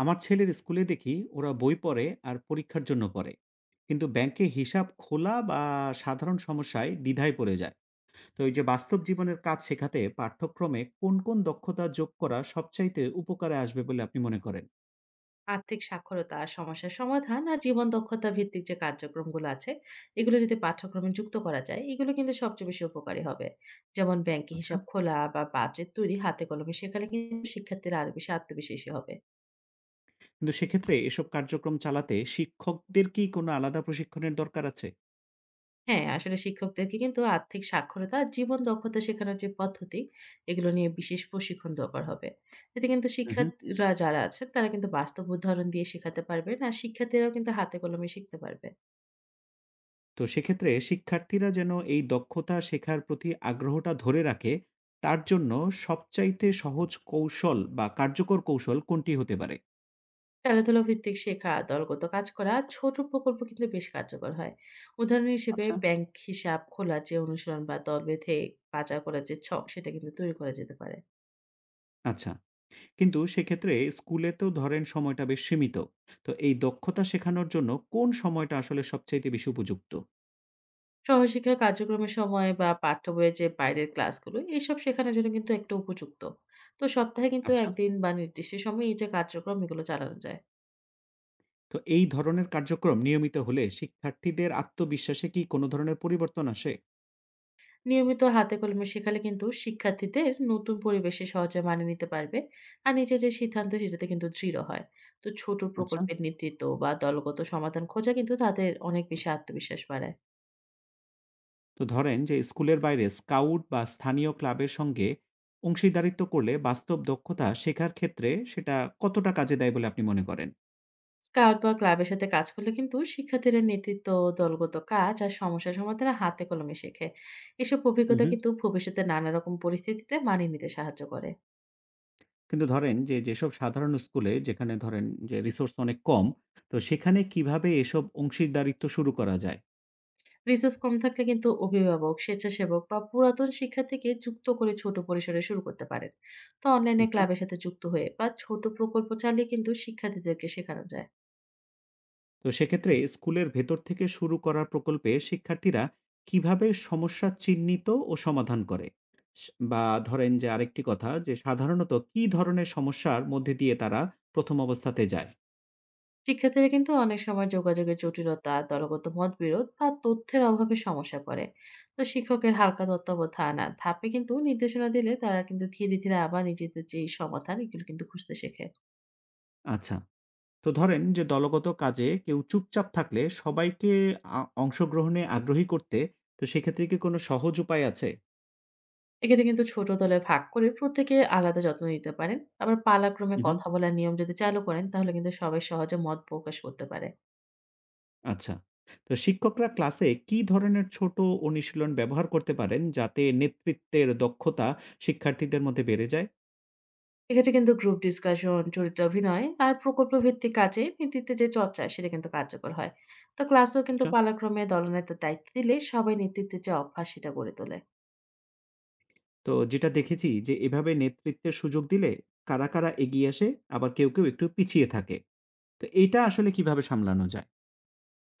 আমার ছেলের স্কুলে দেখি ওরা বই পড়ে আর পরীক্ষার জন্য পড়ে, কিন্তু ব্যাংকে হিসাব খোলা বা সাধারণ সমস্যায় দ্বিধায় পড়ে যায়। তো এই যে বাস্তব জীবনের কাজ শেখাতে পাঠ্যক্রমে কোন কোন দক্ষতা যোগ করা সবচাইতে উপকারে আসবে বলে আপনি মনে করেন? আর্থিক সাক্ষরতা, সমস্যার সমাধান আর জীবন দক্ষতা ভিত্তিক যে কার্যক্রমগুলো আছে, এগুলো যদি পাঠ্যক্রমে যুক্ত করা যায়, এগুলো কিন্তু সবচেয়ে বেশি উপকারী হবে। যেমন ব্যাংকে আচ্ছা, হিসাব খোলা বা বাজেট তৈরি হাতে কলমে শেখালে কিন্তু শিক্ষার্থীরা আরো বেশি আত্মবিশ্বাসী হবে। কিন্তু সেক্ষেত্রে এসব কার্যক্রম চালাতে শিক্ষকদের কি কোনো আলাদা প্রশিক্ষণের দরকার আছে? হ্যাঁ, আসলে শিক্ষকদেরকে কিন্তু আর্থিক সাক্ষরতা আর জীবন দক্ষতা শেখানোর যে পদ্ধতি, এগুলো নিয়ে বিশেষ প্রশিক্ষণ দরকার হবে। এতে কিন্তু হুম হুম। শিক্ষার্থীরা যারা আছেন, তারা কিন্তু বাস্তব উদাহরণ দিয়ে শেখাতে পারবেন আর শিক্ষার্থীরাও কিন্তু হাতে কলমে শিখতে পারবে। তো সেক্ষেত্রে শিক্ষার্থীরা যেন এই দক্ষতা শেখার প্রতি আগ্রহটা ধরে রাখে, তার জন্য সবচাইতে সহজ কৌশল বা কার্যকর কৌশল কোনটি হতে পারে? খেলাধুলা ভিত্তিক শেখা, দলগত কাজ করা, ছোট প্রকল্প কিন্তু বেশ কার্যকর হয়। উদাহরণ হিসেবে আচ্ছা, ব্যাংক হিসাব খোলার যে অনুশীলন বা দল বেঁধে বাজার করার যে ছক সেটা কিন্তু তৈরি করা যেতে পারে। আচ্ছা। কিন্তু সেক্ষেত্রে স্কুলে তো ধরেন সময়টা বেশ সীমিত। তো এই দক্ষতা শেখানোর জন্য কোন সময়টা আসলে সবচাইতে বেশি উপযুক্ত? সহশিক্ষা কার্যক্রমের সময় বা পাঠ্য বইয়ের যে বাইরের ক্লাসগুলো এইসব শেখানোর জন্য কিন্তু একটা উপযুক্ত। তো সপ্তাহে কিন্তু আচ্ছা। ১ দিন বা নির্দিষ্ট সময়ে এই যে কার্যক্রম এগুলো চালানো যায়। তো এই ধরনের কার্যক্রম নিয়মিত হলে শিক্ষার্থীদের আত্মবিশ্বাসে কি কোনো ধরনের পরিবর্তন আসে? নিয়মিত হাতে কলমে শেখালে কিন্তু শিক্ষার্থীদের নতুন পরিবেশে সহজে মানিয়ে নিতে পারবে আর নিজের যে সিদ্ধান্ত সেটাতে কিন্তু দৃঢ় হয়। তো ছোট আচ্ছা। প্রকল্পের নেতৃত্ব বা দলগত সমাধান খোঁজা কিন্তু তাদের অনেক বেশি আত্মবিশ্বাস বাড়ায়। তো ধরেন যে স্কুলের বাইরে স্কাউট বা স্থানীয় ক্লাবের সঙ্গে অংশীদারিত্ব করলে বাস্তব দক্ষতা শেখার ক্ষেত্রে সেটা কতটা কাজে দেয় বলে আপনি মনে করেন? স্কাউট বা ক্লাবের সাথে কাজ করলে কিন্তু শিক্ষার্থীরা নেতৃত্ব, দলগত কাজ আর সমস্যা সমাধানে হাতে কলমে শেখে। এসব অভিজ্ঞতা উহু। কিন্তু ভবিষ্যতে নানা রকম পরিস্থিতিতে মানিয়ে নিতে সাহায্য করে। কিন্তু ধরেন যে, যেসব সাধারণ স্কুলে যেখানে ধরেন যে রিসোর্স অনেক কম, তো সেখানে কিভাবে এসব অংশীদারিত্ব শুরু করা যায়? রিসোর্স কম থাকলে কিন্তু অভিভাবক, স্বেচ্ছাসেবক বা পুরাতন শিক্ষার্থীকে যুক্ত করে ছোট পরিসরে শুরু করতে পারেন। তো অনলাইনে আচ্ছা। ক্লাবের সাথে যুক্ত হয়ে বা ছোট প্রকল্প চালিয়ে কিন্তু শিক্ষার্থীদেরকে শেখানো যায়। তো সেক্ষেত্রে স্কুলের ভেতর থেকে শুরু করার প্রকল্পে শিক্ষার্থীরা কিভাবে সমস্যা চিহ্নিত ও সমাধান করে? স বা ধরেন যে আরেকটি কথা, যে সাধারণত কি ধরনের সমস্যার মধ্যে দিয়ে তারা ১ম অবস্থাতে যায়? শিক্ষার্থীরা কিন্তু অনেক সময় যোগাযোগের জটিলতা, দলগত মতবিরোধ বা তথ্যের অভাবে সমস্যায় পড়ে। তো শিক্ষকের হালকা তত্ত্বাবধান আর ধাপে কিন্তু নির্দেশনা দিলে তারা কিন্তু ধীরে, ধীরে আবার নিজেদের যেই সমাধান এগুলো কিন্তু খুঁজতে শেখে। আচ্ছা। তো ধরেন যে দলগত কাজে কেউ চুপচাপ থাকলে সবাইকে আ অংশগ্রহণে আগ্রহী করতে, তো সেক্ষেত্রে কি কোনো সহজ উপায় আছে? এক্ষেত্রে কিন্তু ছোট দলে ভাগ করে প্রত্যেকে আলাদা যত্ন নিতে পারেন। আবার পালাক্রমে উহু। কথা বলার নিয়ম যদি চালু করেন তাহলে কিন্তু সবাই সহজে মত প্রকাশ করতে পারে। আচ্ছা। তো শিক্ষকরা ক্লাসে কি ধরনের ছোট অনুশীলন ব্যবহার করতে পারেন যাতে নেতৃত্বের দক্ষতা শিক্ষার্থীদের মধ্যে বেড়ে যায়? এক্ষেত্রে কিন্তু গ্রুপ ডিসকাশন, চরিত্র অভিনয় আর প্রকল্প ভিত্তিক কাজে নেতৃত্বে যে চর্চা সেটা কিন্তু কার্যকর হয়। তো ক্লাসেও কিন্তু আচ্ছা। পালাক্রমে দলনেতার দায়িত্ব দিলে সবাই নেতৃত্বের যে অভ্যাস সেটা গড়ে তোলে। তো যেটা দেখেছি যে এভাবে নেতৃত্বের সুযোগ দিলে কারা, কারা এগিয়ে আসে, আবার কেউ, কেউ একটু পিছিয়ে থাকে। তো এইটা আসলে কিভাবে সামলানো যায়?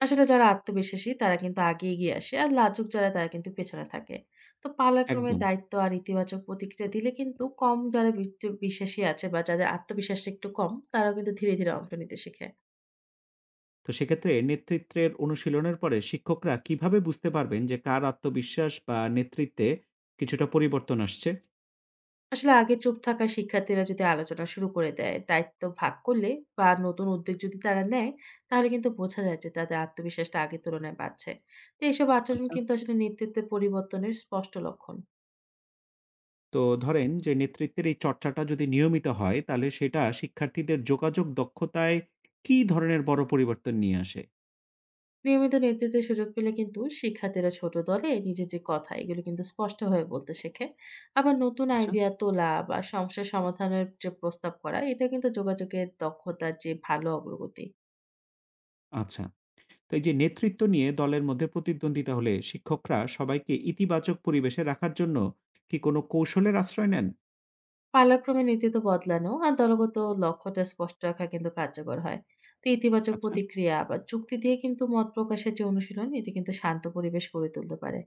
আসলে যারা আত্মবিশ্বাসী তারা কিন্তু আগে এগিয়ে আসে, আর লাজুক যারা তারা কিন্তু পেছনে থাকে। তো পালাক্রমে একদম। দায়িত্ব আর ইতিবাচক প্রতিক্রিয়া দিলে কিন্তু কম যারা বিচ বিশ্বাসী আছে বা যাদের আত্মবিশ্বাসটা একটু কম, তারাও কিন্তু ধীরে, ধীরে অংশ নিতে শিখে। তো সেক্ষেত্রে নেতৃত্বের অনুশীলনের পরে শিক্ষকরা কিভাবে বুঝতে পারবেন যে কার আত্মবিশ্বাস বা নেতৃত্বে কিছুটা পরিবর্তন আসছে? আসলে আগে চুপ থাকা শিক্ষার্থীরা যদি আলোচনা শুরু করে দেয়, দায়িত্ব ভাগ করলে বা নতুন উদ্যোগ যদি তারা নেয়, তাহলে কিন্তু বোঝা যায় যে তাদের আত্মবিশ্বাসটা আগের তুলনায় বাড়ছে। তো এসব আচরণ আচ্ছা। কিন্তু আসলে নেতৃত্বের পরিবর্তনের স্পষ্ট লক্ষণ। তো ধরেন যে নেতৃত্বের এই চর্চাটা যদি নিয়মিত হয় তাহলে সেটা শিক্ষার্থীদের যোগাযোগ দক্ষতায় কি ধরনের বড় পরিবর্তন নিয়ে আসে? নিয়মিত নেতৃত্বের সুযোগ পেলে কিন্তু শিক্ষার্থীরা ছোট দলে নিজের যে কথা এগুলো কিন্তু স্পষ্টভাবে বলতে শেখে। আবার নতুন আচ্ছা, আইডিয়া তোলা বা সমস্যা সমাধানের যে প্রস্তাব করা এটা কিন্তু যোগাযোগের দক্ষতার যে ভালো অগ্রগতি। আচ্ছা। তো এই যে নেতৃত্ব নিয়ে দলের মধ্যে প্রতিদ্বন্দ্বিতা হলে শিক্ষকরা সবাইকে ইতিবাচক পরিবেশে রাখার জন্য কি কোনো কৌশলের আশ্রয় নেন? পালাক্রমে নেতৃত্ব বদলানো আর দলগত লক্ষ্যটা স্পষ্ট রাখা কিন্তু কার্যকর হয়। তো ইতিবাচক আচ্ছা। প্রতিক্রিয়া বা চুক্তি দিয়ে কিন্তু মত প্রকাশের যে অনুশীলন এটা কিন্তু শান্ত পরিবেশ গড়ে তুলতে পারে।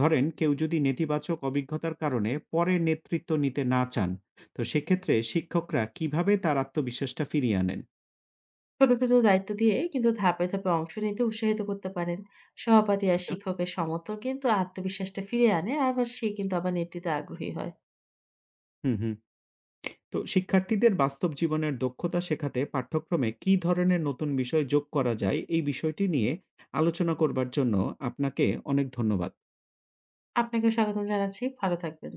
ধরেন কেউ যদি নেতিবাচক অভিজ্ঞতার কারণে পরে নেতৃত্ব নিতে না চান, তো সেক্ষেত্রে শিক্ষকরা কিভাবে তার আত্মবিশ্বাসটা ফিরিয়ে আনেন? ছোট, ছোট দায়িত্ব দিয়ে কিন্তু ধাপে, ধাপে অংশ নিতে উৎসাহিত করতে পারেন। সহপাঠী আর আচ্ছা। শিক্ষকের সমর্থন কিন্তু আত্মবিশ্বাসটা ফিরিয়ে আনে, আবার সে কিন্তু আবার নেতৃত্বে আগ্রহী হয়। হুম হুম। তো শিক্ষার্থীদের বাস্তব জীবনের দক্ষতা শেখাতে পাঠ্যক্রমে কী ধরনের নতুন বিষয় যোগ করা যায় এই বিষয়টি নিয়ে আলোচনা করবার জন্য আপনাকে অনেক ধন্যবাদ। আপনাকেও স্বাগতম জানাচ্ছি। ভালো থাকবেন।